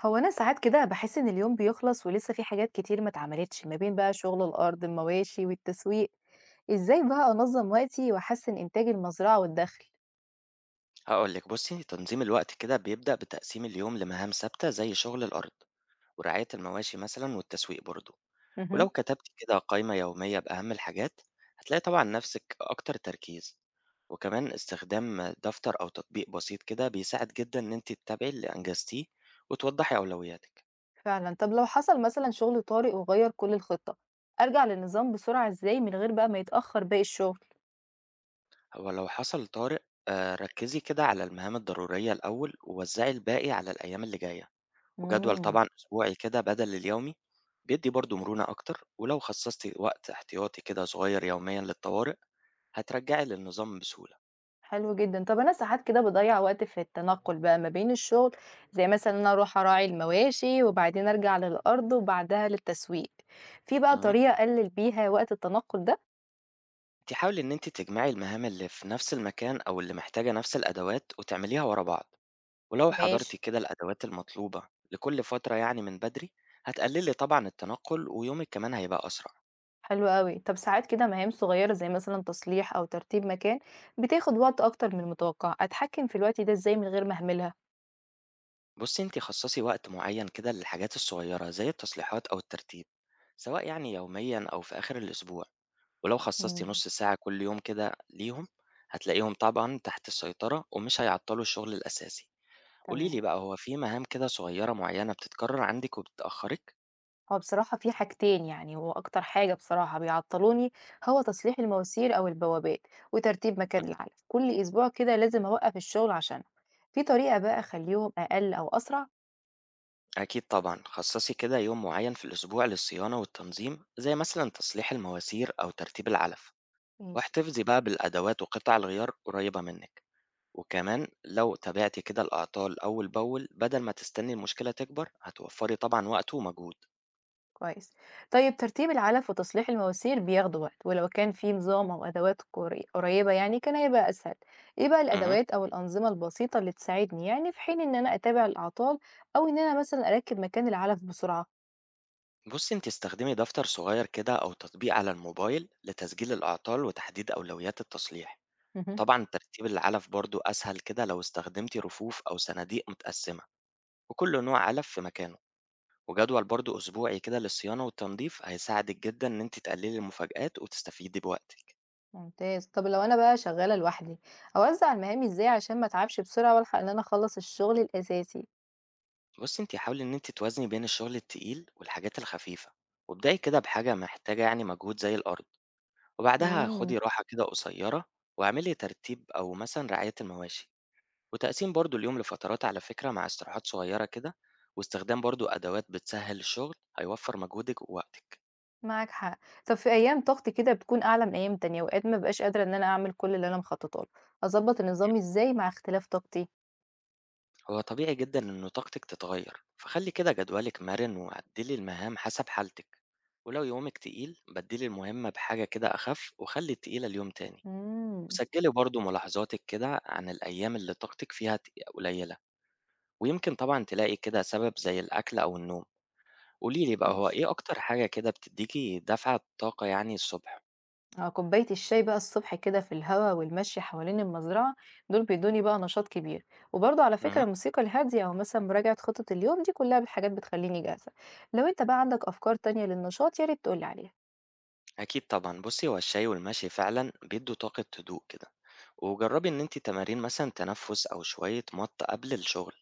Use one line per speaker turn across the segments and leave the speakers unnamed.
هو أنا ساعات كده باحس إن اليوم بيخلص ولسه في حاجات كتير ما اتعملتش، ما بين بقى شغل الأرض، المواشي، والتسويق. إزاي بقى أنظم وقتي وأحسن إنتاج المزرعة والدخل؟
هقول لك بصي، تنظيم الوقت كده بيبدأ بتقسيم اليوم لمهام ثابتة زي شغل الأرض ورعاية المواشي مثلا والتسويق برضه. ولو
مهم.
كتبت كده قائمة يومية بأهم الحاجات، هتلاقي طبعا نفسك أكتر تركيز. وكمان استخدام دفتر أو تطبيق بسيط كده بيساعد جدا إن أنت تتابعي اللي أنجزتيه وتوضحي أولوياتك.
فعلًا، طب لو حصل مثلًا شغل طارئ وغير كل الخطة، أرجع للنظام بسرعة إزاي من غير بقى ما يتأخر باقي الشغل؟
هو لو حصل طارئ، ركزي كده على المهام الضرورية الأول ووزعي الباقي على الأيام اللي جاية. وجدول
مم.
طبعًا أسبوعي كده بدل اليومي، بيدّي برضه مرونة أكتر، ولو خصصتِ وقت احتياطي كده صغير يوميًا للطوارئ، هترجعي للنظام بسهولة.
حلو جدًا. طب أنا ساعات كده باضيّع وقت في التنقل بقى ما بين الشغل، زي مثلًا إن أنا أروح أراعي المواشي، وبعدين أرجع للأرض، وبعدها للتسويق. في بقى
اهم.
طريقة أقلل بيها وقت التنقل ده؟
أنتِ حاولي إن أنتِ تجمعي المهام اللي في نفس المكان أو اللي محتاجة نفس الأدوات وتعمليها ورا بعض، ولو
ماشي،
حضرتِ كده الأدوات المطلوبة لكل فترة يعني من بدري، هتقللي طبعًا التنقل ويومِك كمان هيبقى أسرع.
حلو أوي. طب ساعات كده مهام صغيرة زي مثلًا تصليح أو ترتيب مكان بتاخد وقت أكتر من المتوقع، أتحكم في الوقت ده إزاي من غير ما أهملها؟
بُصي، أنتِ خصصي وقت معين كده للحاجات الصغيرة زي التصليحات أو الترتيب، سواء يعني يوميًا أو في آخر الأسبوع. ولو خصصتِ
إمم،
نُص ساعة كل يوم كده ليهم، هتلاقيهم طبعًا تحت السيطرة ومش هيعطّلوا الشغل الأساسي. قولي
تمام.
لي بقى، هو في مهام كده صغيّرة معيّنة بتتكرر عندِك وبتأخّرِك؟
هو بصراحة في حاجتين، يعني هو أكتر حاجة بصراحة بيعطلوني هو تصليح المواسير أو البوابات، وترتيب مكان العلف، كل أسبوع كده لازم أوقّف الشغل عشانها. في طريقة بقى أخلّيهم أقل أو أسرع؟
أكيد طبعًا، خصّصي كده يوم معيّن في الأسبوع للصيانة والتنظيم، زي مثلًا تصليح المواسير أو ترتيب العلف،
ماشي.
واحتفظي بقى بالأدوات وقطع الغيار قريّبة منِّك، وكمان لو تابعتِ كده الأعطال أول بأول بدل ما تستني المشكلة تكبر، هتوفّري طبعًا وقت ومجهود.
كويس. طيب ترتيب العلف وتصليح المواسير بياخدوا وقت، ولو كان في نظام أو أدوات قريبة يعني كان هيبقى أسهل. إيه بقى
اهم.
الأدوات أو الأنظمة البسيطة اللي تساعدني يعني في حين إن أنا أتابع الأعطال أو إن أنا مثلا أركب مكان العلف بسرعة؟
بصي، انت استخدمي دفتر صغير كده او تطبيق على الموبايل لتسجيل الاعطال وتحديد اولويات التصليح.
مهم.
طبعا ترتيب العلف برضو اسهل كده لو استخدمتي رفوف او صناديق متقسمة، وكل نوع علف في مكانه. وجدول برضو اسبوعي كده للصيانة والتنظيف هيساعدك جدا ان انت تقللي المفاجآت وتستفيدي بوقتك.
ممتاز. طب لو أنا بقى شغالة لوحدي، أوزع المهام إزاي عشان ما أتعبش بسرعة وألحق إن أنا أخلص الشغل الأساسي؟
بصي، انت حاولي ان انت توازني بين الشغل التقيل والحاجات الخفيفة، وابدأي كده بحاجة محتاجة يعني مجهود زي الارض، وبعدها
امم.
خدي راحة كده قصيرة، واعملي ترتيب او مثلا رعاية المواشي. وتقسيم برضو اليوم لفترات على فكرة مع استراحات صغيرة كده واستخدام برضو أدوات بتسهل الشغل هيوفر مجهودك ووقتك.
معاك حق. طب في أيام ضغط كده بتكون أعلى من أيام تانية، وأوقات ما بقاش قادرة إن أنا أعمل كل اللي أنا مخططة له. أظبط النظام إزاي مع اختلاف طاقتي؟
هو طبيعي جدا إن طاقتك تتغير، فخلي كده جدولك مرن وعدلي المهام حسب حالتك. ولو يومك تقيل، بدلي المهمة بحاجة كده أخف وخلي التقيلة اليوم تاني.
إمم،
وسجلي برضو ملاحظاتك كده عن الأيام اللي طاقتك فيها قليلة، ويمكن طبعا تلاقي كده سبب زي الأكل أو النوم. قوليلي بقى، هو
ماشي.
إيه أكتر حاجة كده بتديكي دفعة طاقة يعني الصبح؟
آه، كوباية الشاي بقى الصبح كده في الهوا والمشي حوالين المزرعة، دول بيدّوني بقى نشاط كبير. وبرضه على فكرة الموسيقى الهادية أو مثلًا مراجعة خطط اليوم، دي كلها حاجات بتخلّيني جاهزة. لو أنت بقى عندك أفكار تانية للنشاط، يا ريت تقول لي عليها.
أكيد طبعا. بصي، هو الشاي والمشي فعلا بيدوا طاقة هدوء كده. وجربي إن أنت تمارين مثلا تنفس أو شوية مط قبل الشغل،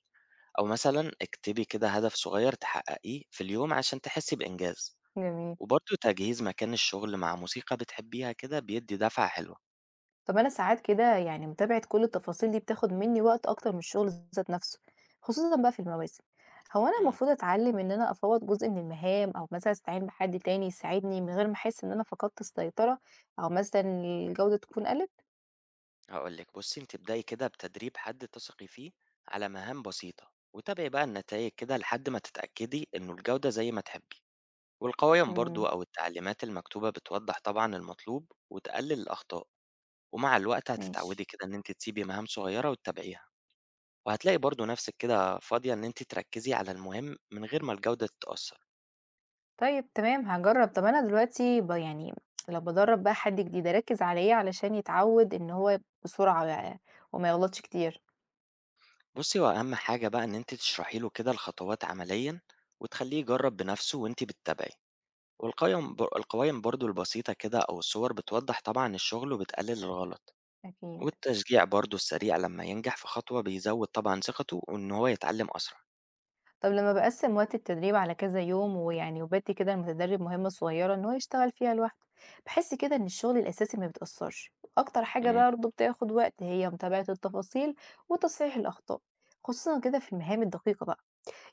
أو مثلا اكتبي كده هدف صغير تحققيه في اليوم عشان تحسي بإنجاز.
جميل.
وبرضه تجهيز مكان الشغل مع موسيقى بتحبيها كده بيدي دفعة حلوة.
طب أنا ساعات كده يعني متابعة كل التفاصيل دي بتاخد مني وقت أكتر من الشغل ذات نفسه، خصوصا بقى في المواسم. هو أنا
امم.
المفروض أتعلم إن أنا أفوض جزء من المهام أو مثلا أستعين بحد تاني يساعدني من غير ما أحس إن أنا فقدت السيطرة، أو مثلا الجودة تكون قلت.
هقولك، بصي، أنت ابدأي كده بتدريب حد تثقي فيه على مهام بسيطة، وتابعي بقى النتائج كده لحد ما تتأكدي إنه الجودة زي ما تحبي. والقوائم برضو
امم.
أو التعليمات المكتوبة بتوضح طبعا المطلوب وتقلل الأخطاء. ومع الوقت
ماشي.
هتتعودي كده إن أنت تسيبي مهام صغيرة وتتابعيها، وهتلاقي برضو نفسك كده فاضية إن أنت تركزي على المهم من غير ما الجودة تتأثر.
طيب تمام، هجرب. طب أنا دلوقتي ب يعني لو بدرب بقى حد جديد أركز على إيه علشان يتعود إن هو بسرعة يعني، وما يغلطش كتير.
بصي، هو أهم حاجة بقى إن أنت تشرحي له كده الخطوات عمليا وتخليه يجرب بنفسه وأنت بتتابعي. والقوائم برضو البسيطة كده أو الصور بتوضح طبعا الشغل وبتقلل الغلط.
أكيد.
والتشجيع برضو السريع لما ينجح في خطوة بيزود طبعا ثقته وإن هو يتعلم أسرع.
طب لما باقسّم وقت التدريب على كذا يوم، ويعني وبادّي كده المتدرب مهمة صغيرة إن هو يشتغل فيها لوحده، باحس كده إن الشغل الأساسي ما بيتأثّرش، أكتر حاجة
إمم.
بقى برضه بتاخد وقت هي متابعة التفاصيل وتصحيح الأخطاء، خصوصًا كده في المهام الدقيقة بقى،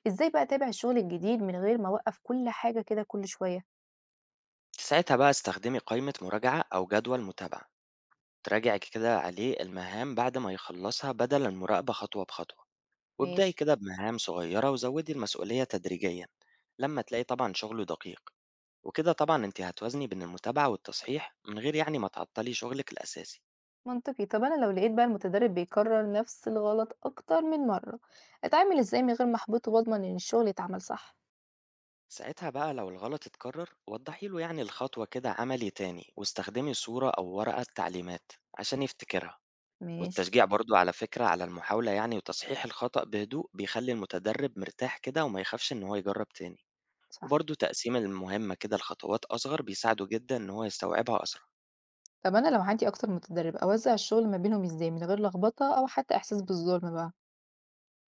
إزاي بقى أتابع الشغل الجديد من غير ما أوقّف كل حاجة كده كل شوية؟
ساعتها بقى استخدمي قائمة مراجعة أو جدول متابعة تراجعي كده عليه المهام بعد ما يخلصها بدل المراقبة خطوة بخطوة. وابدأي
ماشي،
كده بمهام صغيرة وزودي المسؤولية تدريجيا لما تلاقي طبعا شغله دقيق. وكده طبعا انت هتوازني بين المتابعة والتصحيح من غير يعني ما تعطلي شغلك الأساسي.
منطقي. طب أنا لو لقيت بقى المتدرب بيكرّر نفس الغلط أكتر من مرّة، أتعامل إزاي من غير ما أحبطه وأضمن إن الشغل يتعمل صح؟
ساعتها بقى لو الغلط اتكرر، وضحي له يعني الخطوة كده، عملي تاني واستخدمي صورة أو ورقة تعليمات عشان يفتكرها.
ماشي،
والتشجيع برضه على فكرة على المحاولة يعني وتصحيح الخطأ بهدوء بيخلي المتدرب مرتاح كده وما يخافش إن هو يجرب تاني.
صح.
وبرضه تقسيم المهمة كده لخطوات أصغر بيساعده جدا إن هو يستوعبها أسرع.
طب أنا لو عندي أكتر من متدرب، أوزع الشغل ما بينهم إزاي من غير لخبطة أو حتى إحساس بالظلم بقى؟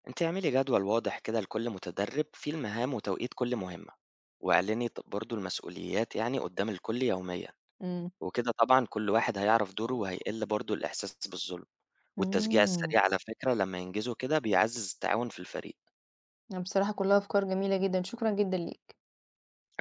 أنت اعملي جدول واضح كده لكل متدرب فيه المهام وتوقيت كل مهمة، واعلني برضه المسؤوليات يعني قدام الكل يوميا.
إمم.
وكده طبعا كل واحد هيعرف دوره
مم.
وهيقل برضه الإحساس بالظلم. والتشجيع
إمم.
السريع على فكرة لما ينجزوا كده بيعزز التعاون في الفريق.
لأ بصراحة كلها أفكار جميلة جدًا، شكرًا جدًا ليك.